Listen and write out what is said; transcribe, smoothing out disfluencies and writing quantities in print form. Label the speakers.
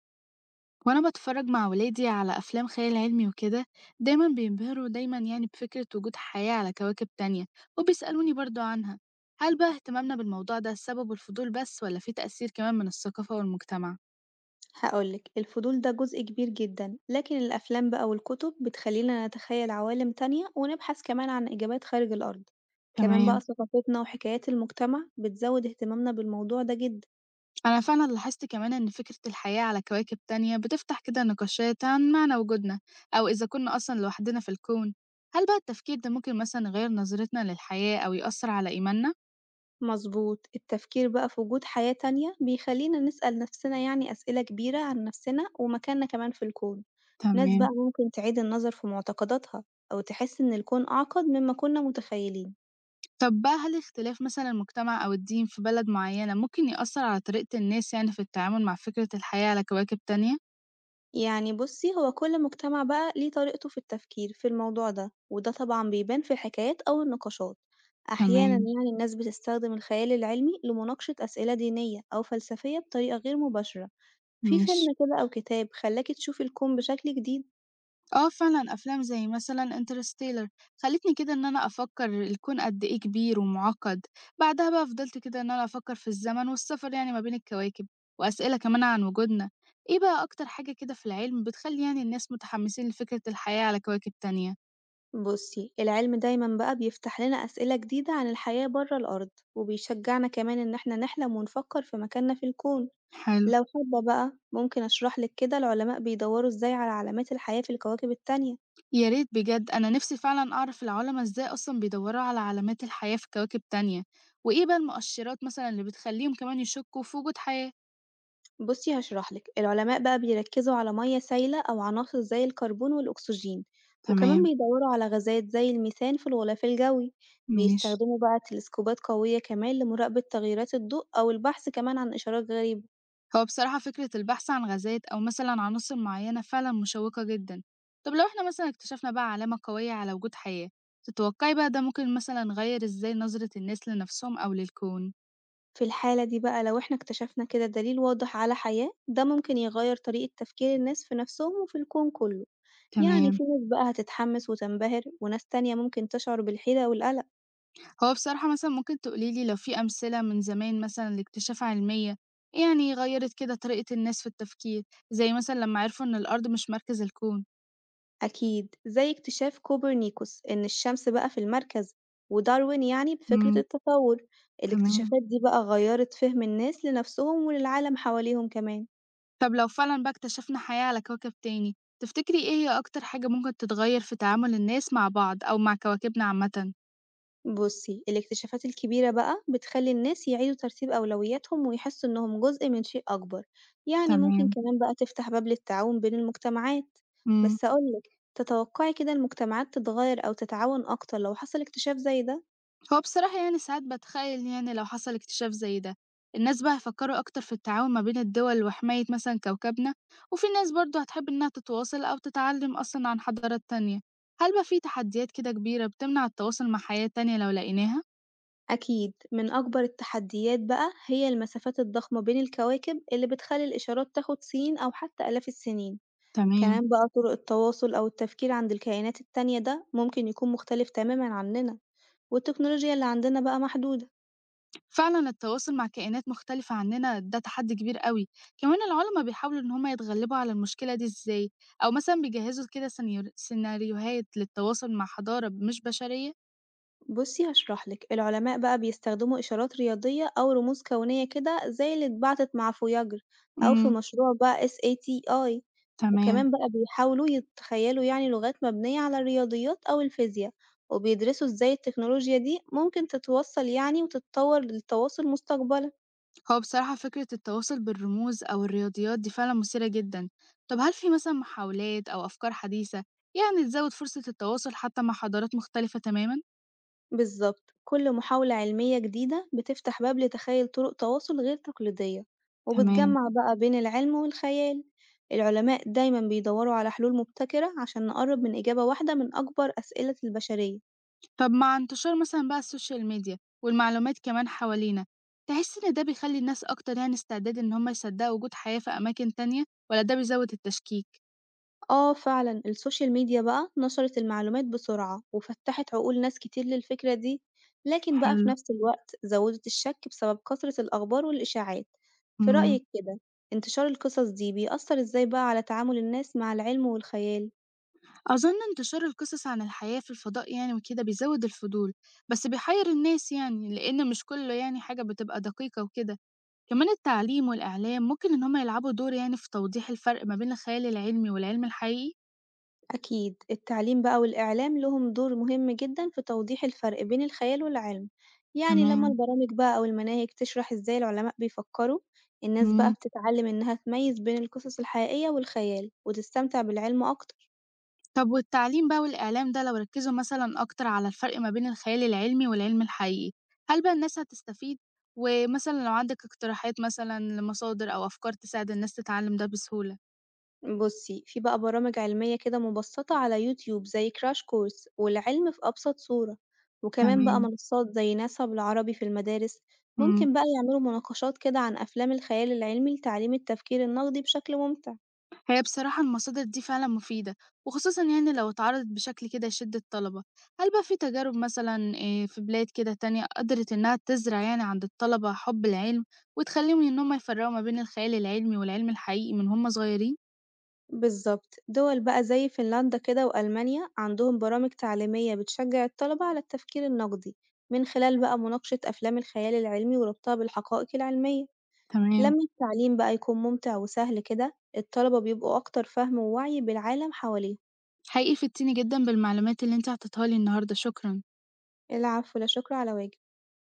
Speaker 1: وانا بتفرج مع ولادي على افلام خيال علمي وكده، دايما بينبهروا دايما بفكرة وجود حياة على كواكب تانية، وبيسألوني برضو عنها. هل بقى اهتمامنا بالموضوع ده سبب الفضول بس، ولا في تأثير كمان من الثقافة والمجتمع؟
Speaker 2: هقولك الفضول ده جزء كبير جدًا، لكن الأفلام بقى والكتب بتخلينا نتخيل عوالم تانية ونبحث كمان عن إجابات خارج الأرض، كمان
Speaker 1: تمام.
Speaker 2: بقى ثقافتنا وحكايات المجتمع بتزود اهتمامنا بالموضوع ده جدًا.
Speaker 1: انا فعلا لاحظت كمان ان فكرة الحياة على كواكب تانية بتفتح كده نقاشات عن معنى وجودنا، او اذا كنا اصلا لوحدنا في الكون. هل بقى التفكير ده ممكن مثلا يغير نظرتنا للحياة او يأثر على ايماننا؟
Speaker 2: مظبوط، التفكير بقى في وجود حياة تانية بيخلينا نسأل نفسنا يعني أسئلة كبيرة عن نفسنا ومكاننا كمان في الكون، ناس
Speaker 1: تمام.
Speaker 2: بقى ممكن تعيد النظر في معتقداتها أو تحس إن الكون أعقد مما كنا متخيلين.
Speaker 1: طب بقى هل اختلاف مثلًا المجتمع أو الدين في بلد معيّنة ممكن يأثّر على طريقة الناس في التعامل مع فكرة الحياة على كواكب تانية؟
Speaker 2: يعني بُصّي، هو كل مجتمع بقى ليه طريقته في التفكير في الموضوع ده، وده طبعًا بيبان في الحكايات أو النقاشات. أحيانًا
Speaker 1: تمام،
Speaker 2: يعني الناس بتستخدم الخيال العلمي لمناقشة أسئلة دينية أو فلسفية بطريقة غير مباشرة. في فيلم
Speaker 1: ماشي.
Speaker 2: كده أو كتاب خلّاكِ تشوفي الكون بشكل جديد؟
Speaker 1: آه فعلًا أفلام زي مثلًا Interstellar خلّتني كده إن أنا أفكّر الكون قد إيه كبير ومُعقّد. بعدها بقى فضلت كده إن أنا أفكّر في الزمن والسفر يعني ما بين الكواكب، وأسئلة كمان عن وجودنا. إيه بقى أكتر حاجة كده في العلم بتخلّي يعني الناس متحمّسين لفكرة الحياة على كواكب تانية؟
Speaker 2: بُصّي، العلم دايمًا بقى بيفتح لنا أسئلة جديدة عن الحياة برّه الأرض، وبيشجعنا كمان إن إحنا نحلم ونفكر في مكاننا في الكون.
Speaker 1: حلو.
Speaker 2: لو حابة بقى ممكن أشرح لِك كده العلماء بيدوّروا إزاي على علامات الحياة في الكواكب التانية.
Speaker 1: يا ريت بجد، أنا نفسي فعلا أعرف العلماء إزاي أصلا بيدوروا على علامات الحياة في كواكب تانية، وإيه بقى المؤشرات مثلا اللي بتخليهم كمان يشكوا في وجود حياة.
Speaker 2: بُصّي هاشرح لِك، العلماء بقى بيركّزوا على مَيّة سايلة أو عناصر زي الكربون والأكسجين، وكمان
Speaker 1: تمام.
Speaker 2: بيدوّروا على غازات زي الميثان في الغلاف الجوي،
Speaker 1: ماشي.
Speaker 2: بيستخدموا بقى تلسكوبات قوية كمان لمراقبة تغيرات الضوء أو البحث كمان عن إشارات غريبة.
Speaker 1: هو بصراحة فكرة البحث عن غازات أو مثلا عناصر معينة فعلا مشوقة جدا. طب لو إحنا مثلا اكتشفنا بقى علامة قوية على وجود حياة، تتوقعي بقى ده ممكن مثلا غير إزاي نظرة الناس لنفسهم أو للكون؟
Speaker 2: في الحالة دي بقى لو إحنا اكتشفنا كده دليل واضح على حياة، ده ممكن يغيّر طريقة تفكير الناس في نَفْسهم وفي الكون كُلّه، يعني
Speaker 1: تمام.
Speaker 2: في ناس بقى هتتحمس وتنبهر، وناس تانية ممكن تشعر بالحيرة والقلق.
Speaker 1: هو بصراحة مثلًا ممكن تقولي لي لو في أمثلة من زمان مثلًا لاكتشافات علمية، يعني غيّرت كده طريقة الناس في التفكير، زي مثلًا لمّا عرفوا إن الأرض مش مركز الكون؟
Speaker 2: أكيد، زي اكتشاف كوبرنيكوس إن الشمس بقى في المركز، وداروين يعني بفكرة
Speaker 1: إمم،
Speaker 2: التطور،
Speaker 1: تمام.
Speaker 2: الاكتشافات دي بقى غيرت فهم الناس لنفسهم وللعالم حواليهم كمان.
Speaker 1: طب لو فعلًا بقى اكتشفنا حياة على كوكب تاني، تفتكري إيه هي أكتر حاجة ممكن تتغيّر في تعامل الناس مع بعض أو مع كواكبنا عامةً؟
Speaker 2: بُصي الاكتشافات الكبيرة بقى بتخلي الناس يعيدوا ترتيب أولوياتهم ويحسوا إنهم جزء من شيء أكبر، يعني ممكن
Speaker 1: تمام،
Speaker 2: كمان بقى تفتح باب للتعاون بين المجتمعات.
Speaker 1: إمم.
Speaker 2: بس أقول لِك تتوقعي كده المجتمعات تتغير أو تتعاون أكتر لو حصل اكتشاف زي ده؟
Speaker 1: هو بصراحة يعني ساعات بتخيل يعني لو حصل اكتشاف زي ده، الناس بقى هيفكروا أكتر في التعاون ما بين الدول وحماية مثلا كوكبنا، وفي ناس برضو هتحب إنها تتواصل أو تتعلم أصلا عن حضارات تانية. هل بقى في تحديات كده كبيرة بتمنع التواصل مع حياة تانية لو لقيناها؟
Speaker 2: أكيد، من أكبر التحديات بقى هي المسافات الضخمة بين الكواكب اللي بتخلي الإشارات تاخد سنين أو حتى آلاف السنين،
Speaker 1: تمام.
Speaker 2: كمان بقى طرق التواصل أو التفكير عند الكائنات التانية ده ممكن يكون مختلف تمامًا عننا، والتكنولوجيا اللي عندنا بقى محدودة.
Speaker 1: فعلا التواصل مع كائنات مختلفة عننا ده تحدي كبير قوي. كمان العلماء بيحاولوا إن هما يتغلبوا على المشكلة دي إزاي، أو مثلا بيجهزوا كده سيناريوهات للتواصل مع حضارة مش بشرية.
Speaker 2: بُصّي هاشرح لِك، العلماء بقى بيستخدموا إشارات رياضية أو رموز كونية كده زي اللي اتبعتت مع فوياجر أو في
Speaker 1: امم.
Speaker 2: مشروع بقى SATI،
Speaker 1: تمام.
Speaker 2: وكمان بقى بيحاولوا يتخيلوا يعني لغات مبنية على الرياضيات أو الفيزيا، وبيدرسوا إزاي التكنولوجيا دي ممكن تتوصّل يعني وتتطور للتواصل مستقبلًا.
Speaker 1: هو بصراحة فكرة التواصل بالرموز أو الرياضيات دي فعلا مثيرة جدا. طب هل في مثلا محاولات أو أفكار حديثة يعني تزود فرصة التواصل حتى مع حضارات مختلفة تماما؟
Speaker 2: بالظبط، كل محاولة علمية جديدة بتفتح باب لتخيل طرق تواصل غير تقليدية،
Speaker 1: تمام.
Speaker 2: وبتجمع بقى بين العلم والخيال. العلماء دايما بيدوروا على حلول مبتكرة عشان نقرب من إجابة واحدة من أكبر أسئلة البشرية.
Speaker 1: طب مع انتشار مثلا بقى السوشيال ميديا والمعلومات كمان حوالينا، تحس إن ده بيخلي الناس أكتر يعني استعداد إن هم يصدقوا وجود حياة في أماكن تانية، ولا ده بيزود التشكيك؟
Speaker 2: آه، فعلا السوشيال ميديا بقى نشرت المعلومات بسرعة وفتحت عقول ناس كتير للفكرة دي، لكن بقى في
Speaker 1: حلو.
Speaker 2: نفس الوقت زودت الشك بسبب كثرة الأخبار والإشاعات. في
Speaker 1: مم.
Speaker 2: رأيك كده، انتشار القصص دي بيأثر إزاي بقى على تعامل الناس مع العلم والخيال؟
Speaker 1: أظن انتشار القصص عن الحياة في الفضاء يعني وكده بيزود الفضول، بس بيحير الناس يعني لأن مش كله يعني حاجة بتبقى دقيقة وكده. كمان التعليم والإعلام ممكن إن هما يلعبوا دور يعني في توضيح الفرق ما بين الخيال العلمي والعلم الحقيقي.
Speaker 2: أكيد، التعليم بقى والإعلام لهم دور مهم جدًا في توضيح الفرق بين الخيال والعلم، يعني لما
Speaker 1: تمام.
Speaker 2: البرامج بقى أو المناهج تشرح إزاي العلماء بيفكروا، الناس بقى
Speaker 1: مم.
Speaker 2: بتتعلم إنها تميز بين القصص الحقيقية والخيال وتستمتع بالعلم أكتر.
Speaker 1: طب والتعليم بقى والإعلام ده لو ركزوا مثلا أكتر على الفرق ما بين الخيال العلمي والعلم الحقيقي، هل بقى الناس هتستفيد؟ ومثلا لو عندك اقتراحات مثلا لمصادر أو أفكار تساعد الناس تتعلم ده بسهولة.
Speaker 2: بُصي، في بقى برامج علمية كده مبسطة على يوتيوب زي Crash Course والعلم في أبسط صورة، وكمان بقى
Speaker 1: تمام.
Speaker 2: منصات زي ناسا بالعربي في المدارس.
Speaker 1: مم.
Speaker 2: ممكن بقى يعملوا مناقشات كده عن أفلام الخيال العلمي لتعليم التفكير النقدي بشكل ممتع.
Speaker 1: هي بصراحة المصادر دي فعلا مفيدة، وخصوصا يعني لو اتعرضت بشكل كده يشد الطلبة. هل بقى في تجارب مثلا إيه، في بلاد كده تانية قدرت إنها تزرع يعني عند الطلبة حب العلم، وتخليهم إن هم يفرقوا ما بين الخيال العلمي والعلم الحقيقي من هم صغيرين؟
Speaker 2: بالضبط، دول بقى زي فنلندا كده وألمانيا عندهم برامج تعليمية بتشجع الطلبة على التفكير النقدي، من خلال بقى مناقشة أفلام الخيال العلمي وربطها بالحقائق العلمية،
Speaker 1: تمام.
Speaker 2: لما التعليم بقى يكون ممتع وسهل كده الطلبة بيبقوا أكتر فهم ووعي بالعالم حواليهم.
Speaker 1: حقيقي فدتيني جدا بالمعلومات اللي انت اعطيتها لي النهاردة، شكرا.
Speaker 2: العفو، لا شكر على واجب.